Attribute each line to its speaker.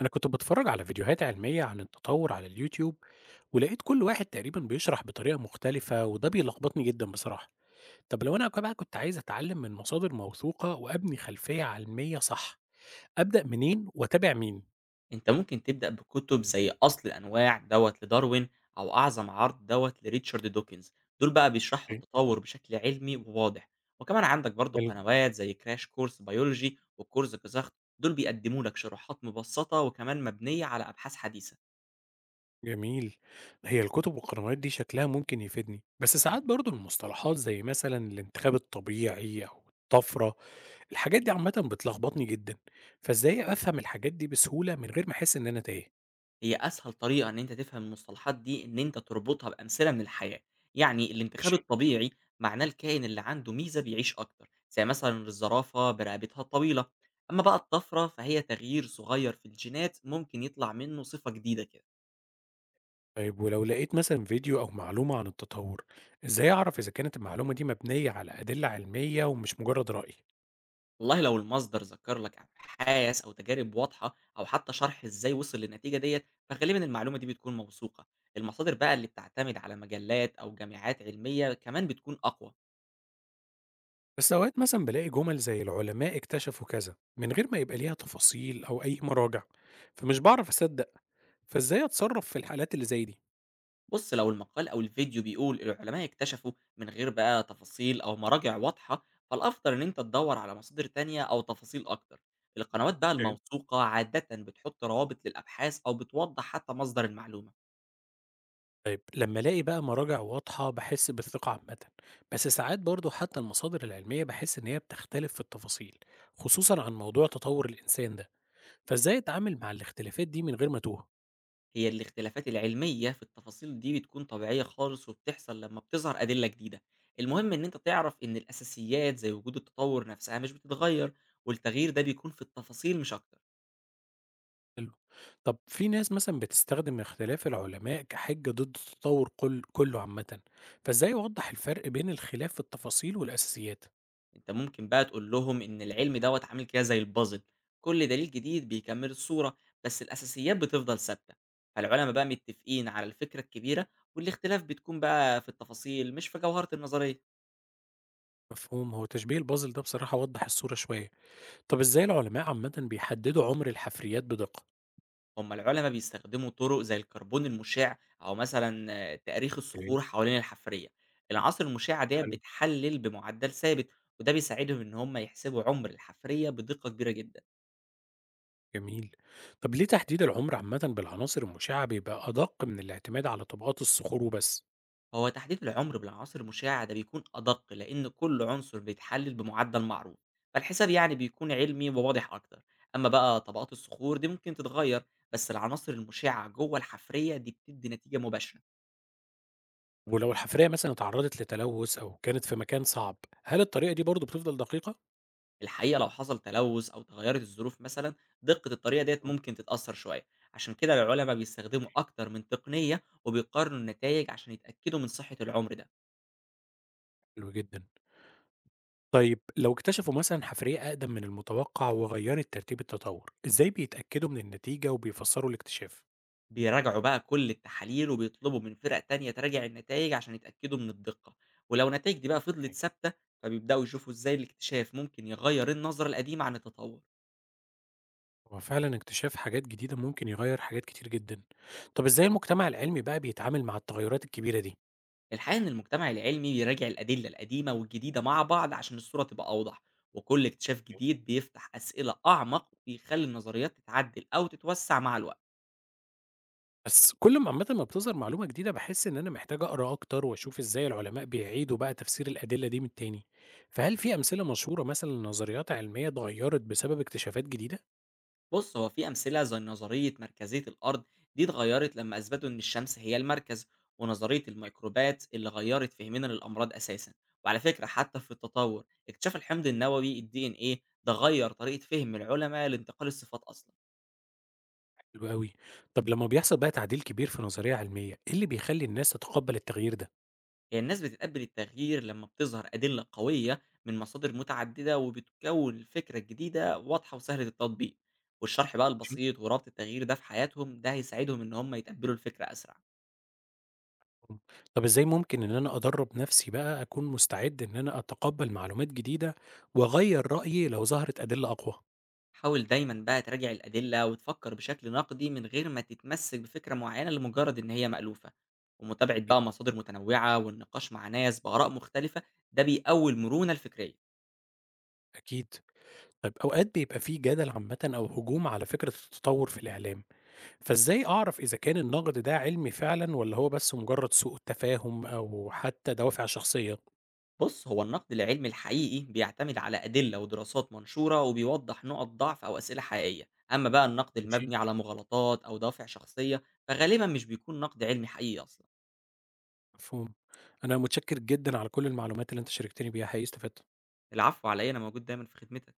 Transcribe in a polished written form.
Speaker 1: أنا كنت بتفرج على فيديوهات علمية عن التطور على اليوتيوب، ولقيت كل واحد تقريبا بيشرح بطريقة مختلفة وده بيلخبطني جدا بصراحة. طب لو أنا بقى كنت عايز أتعلم من مصادر موثوقة وأبني خلفية علمية صح، أبدأ منين وأتابع مين؟
Speaker 2: أنت ممكن تبدأ بكتب زي أصل الأنواع دوت لداروين أو أعظم عرض دوت لريتشارد دوكنز. دول بقى بيشرحوا
Speaker 1: إيه؟
Speaker 2: التطور بشكل علمي وواضح. وكمان عندك برضو
Speaker 1: حلو.
Speaker 2: قنوات زي كراش كورس بيولوجي وكورس كزخ. دول بيقدموا لك شروحات مبسطة وكمان مبنية على أبحاث حديثة.
Speaker 1: جميل. هي الكتب والقنوات دي شكلها ممكن يفيدني، بس ساعات برضو المصطلحات زي مثلا الانتخاب الطبيعي أو الطفرة، الحاجات دي عامة بتلخبطني جدا. فإزاي أفهم الحاجات دي بسهولة من غير ما أحس إن أنا تايه؟
Speaker 2: هي أسهل طريقة إن أنت تفهم المصطلحات دي إن أنت تربطها بأمثلة من الحياة، يعني الانتخاب الطبيعي معناه الكائن اللي عنده ميزة بيعيش أكتر، زي مثلًا الزرافة برقبتها الطويلة، أما بقى الطفرة فهي تغيير صغير في الجينات ممكن يطلع منه صفة جديدة كده.
Speaker 1: طيب ولو لقيت مثلا فيديو أو معلومة عن التطور، إزاي أعرف إذا كانت المعلومة دي مبنية على أدلة علمية ومش مجرد رأي؟
Speaker 2: والله لو المصدر ذكر لك أبحاث أو تجارب واضحة أو حتى شرح إزاي وصل للنتيجة ديّة، فغالبًا المعلومة دي بتكون موثوقة، المصادر بقى اللي بتعتمد على مجلات أو جامعات علمية كمان بتكون أقوى.
Speaker 1: بس أوقات مثلا بلاقي جمل زي العلماء اكتشفوا كذا من غير ما يبقى ليها تفاصيل أو أي مراجع، فمش بعرف أصدق، فإزاي أتصرف في الحالات اللي زي دي؟
Speaker 2: بُص، لو المقال أو الفيديو بيقول العلماء اكتشفوا من غير بقى تفاصيل أو مراجع واضحة، فالأفضل إن أنت تدوّر على مصادر تانية أو تفاصيل أكتر. القنوات بقى
Speaker 1: اوكي.
Speaker 2: الموثوقة عادةً بتحط روابط للأبحاث أو بتوضح حتى مصدر المعلومة.
Speaker 1: طيب لما ألاقي بقى مراجع واضحة بحس بالثقة عامة، بس ساعات برضو حتى المصادر العلمية بحس إن هي بتختلف في التفاصيل، خصوصا عن موضوع تطور الإنسان ده، فإزاي أتعامل مع الاختلافات دي من غير ما أتوه؟
Speaker 2: هي الاختلافات العلمية في التفاصيل دي بتكون طبيعية خالص وبتحصل لمّا بتظهر أدلة جديدة. المهم إن أنت تعرف إن الأساسيات زي وجود التطور نفسها مش بتتغير، والتغيير ده بيكون في التفاصيل مش أكتر.
Speaker 1: حلو. طب في ناس مثلًا بتستخدم اختلاف العلماء كحجة ضد التطور كل كله عامةً، فإزاي أوضح الفرق بين الخلاف في التفاصيل والأساسيات؟
Speaker 2: أنت ممكن بقى تقول لهم إن العلم دوّة عامل كده زي الpuzzle، كل دليل جديد بيكمّل الصورة، بس الأساسيات بتفضل ثابتة. فالعُلما بقى متّفقين على الفكرة الكبيرة والاختلاف بتكون بقى في التفاصيل مش في جوهرة النظرية.
Speaker 1: مفهوم، هو تشبيه البازل ده بصراحة وضّح الصورة شوية. طب إزاي العلماء عامةً بيحددوا عمر الحفريات بدقة؟
Speaker 2: هم العُلما بيستخدموا طُرق زي الكربون المُشع أو مثلًا تأريخ
Speaker 1: أوكي.
Speaker 2: الصخور حوالين الحفرية. العناصر المُشعة ديّة
Speaker 1: حلو.
Speaker 2: بتحلّل بمُعدّل ثابت وده بيساعدهم إن هم يحسبوا عُمر الحفرية بدقة كبيرة جدًا.
Speaker 1: جميل. طب ليه تحديد العمر عامةً بالعناصر المشعة بيبقى أدق من الاعتماد على طبقات الصخور وبس؟
Speaker 2: هو تحديد العمر بالعناصر المشعة ده بيكون أدق لأن كل عنصر بيتحلل بمعدل معروف، فالحساب يعني بيكون علمي وواضح أكتر. أما بقى طبقات الصخور دي ممكن تتغير، بس العناصر المشعة جوه الحفرية دي بتدي نتيجة مباشرة.
Speaker 1: ولو الحفرية مثلًا اتعرضت لتلوث أو كانت في مكان صعب، هل الطريقة دي برضه بتفضل دقيقة؟
Speaker 2: الحقيقة لو حصل تلوث أو تغيرت الظروف مثلا، دقة الطريقة ديت ممكن تتأثر شوية. عشان كده العلماء بيستخدموا أكتر من تقنية وبيقارنوا النتائج عشان يتأكدوا من صحة العمر ده.
Speaker 1: حلو جدًا. طيب لو اكتشفوا مثلا حفرية أقدم من المتوقع وغيرت ترتيب التطور، إزاي بيتأكدوا من النتيجة وبيفسروا الاكتشاف؟
Speaker 2: بيراجعوا بقى كل التحاليل وبيطلبوا من فرق تانية تراجع النتائج عشان يتأكدوا من الدقة، ولو النتائج دي بقى فضلت
Speaker 1: يعني
Speaker 2: ثابتة فبيبدأوا يشوفوا ازاي الاكتشاف ممكن يغير النظرة القديمة عن التطور.
Speaker 1: هو فعلا اكتشاف حاجات جديدة ممكن يغير حاجات كتير جدا. طب إزاي المجتمع العلمي بقى بيتعامل مع التغيرات الكبيرة دي؟
Speaker 2: الحقيقة ان المجتمع العلمي بيراجع الأدلة القديمة والجديدة مع بعض عشان الصورة تبقى أوضح، وكل اكتشاف جديد بيفتح أسئلة أعمق ويخلي النظريات تتعدل أو تتوسع مع الوقت.
Speaker 1: بس كل ما عامة ما بتظهر معلومة جديدة بحس إن أنا محتاج أقرأ أكتر وأشوف إزاي العلماء بيعيدوا بقى تفسير الأدلة دي من تاني. فهل في أمثلة مشهورة مثلا لنظريات علمية اتغيرت بسبب اكتشافات جديدة؟
Speaker 2: بص، هو في أمثلة زي نظرية مركزية الأرض، دي اتغيرت لما أثبتوا إن الشمس هي المركز، ونظرية الميكروبات اللي غيرت فهمنا للأمراض أساسا. وعلى فكرة حتى في التطور اكتشاف الحمض النووي ال DNA ده غير طريقة فهم العلماء لانتقال الصفات أصلا.
Speaker 1: حلو أوي. طب لمّا بيحصل بقى تعديل كبير في نظرية علمية، إيه اللي بيخلّي الناس تتقبّل التغيير ده؟
Speaker 2: هي الناس بتتقبل التغيير لما بتظهر أدلة قوية من مصادر متعددة وبتكون الفكرة الجديدة واضحة وسهلة التطبيق، والشرح بقى
Speaker 1: ماشي.
Speaker 2: البسيط وربط التغيير ده في حياتهم ده هيساعدهم إن هم يتقبلوا الفكرة أسرع.
Speaker 1: إمم. طب إزاي ممكن إن أنا أدرّب نفسي بقى أكون مستعد إن أنا أتقبّل معلومات جديدة وأغيّر رأيي لو ظهرت أدلة أقوى؟
Speaker 2: حاول دايما بقى تراجع الأدلة وتفكر بشكل نقدي من غير ما تتمسك بفكرة معينة لمجرد إن هي مألوفة، ومتابعة
Speaker 1: حلو.
Speaker 2: بقى مصادر متنوعة والنقاش مع ناس بآراء مختلفة ده بيقوي المرونة الفكرية.
Speaker 1: أكيد. طيب أوقات بيبقى في جدل عامةً أو هجوم على فكرة التطوّر في الإعلام، فإزاي أعرف إذا كان النقد ده علمي فعلًا والّا هو بس مجرد سوء تفاهم أو حتى دوافع شخصية؟
Speaker 2: بص، هو النقد العلمي الحقيقي بيعتمد على أدلة ودراسات منشورة وبيوضح نقط ضعف أو أسئلة حقيقية، أما بقى النقد
Speaker 1: ماشي.
Speaker 2: المبني على مغالطات أو دوافع شخصية فغالبا مش بيكون نقد علمي حقيقي أصلا.
Speaker 1: مفهوم. أنا متشكّر جدًا على كل المعلومات اللي أنت شاركتني بيها، حقيقي استفدت.
Speaker 2: العفو عليا، أنا موجود دايما في خدمتك.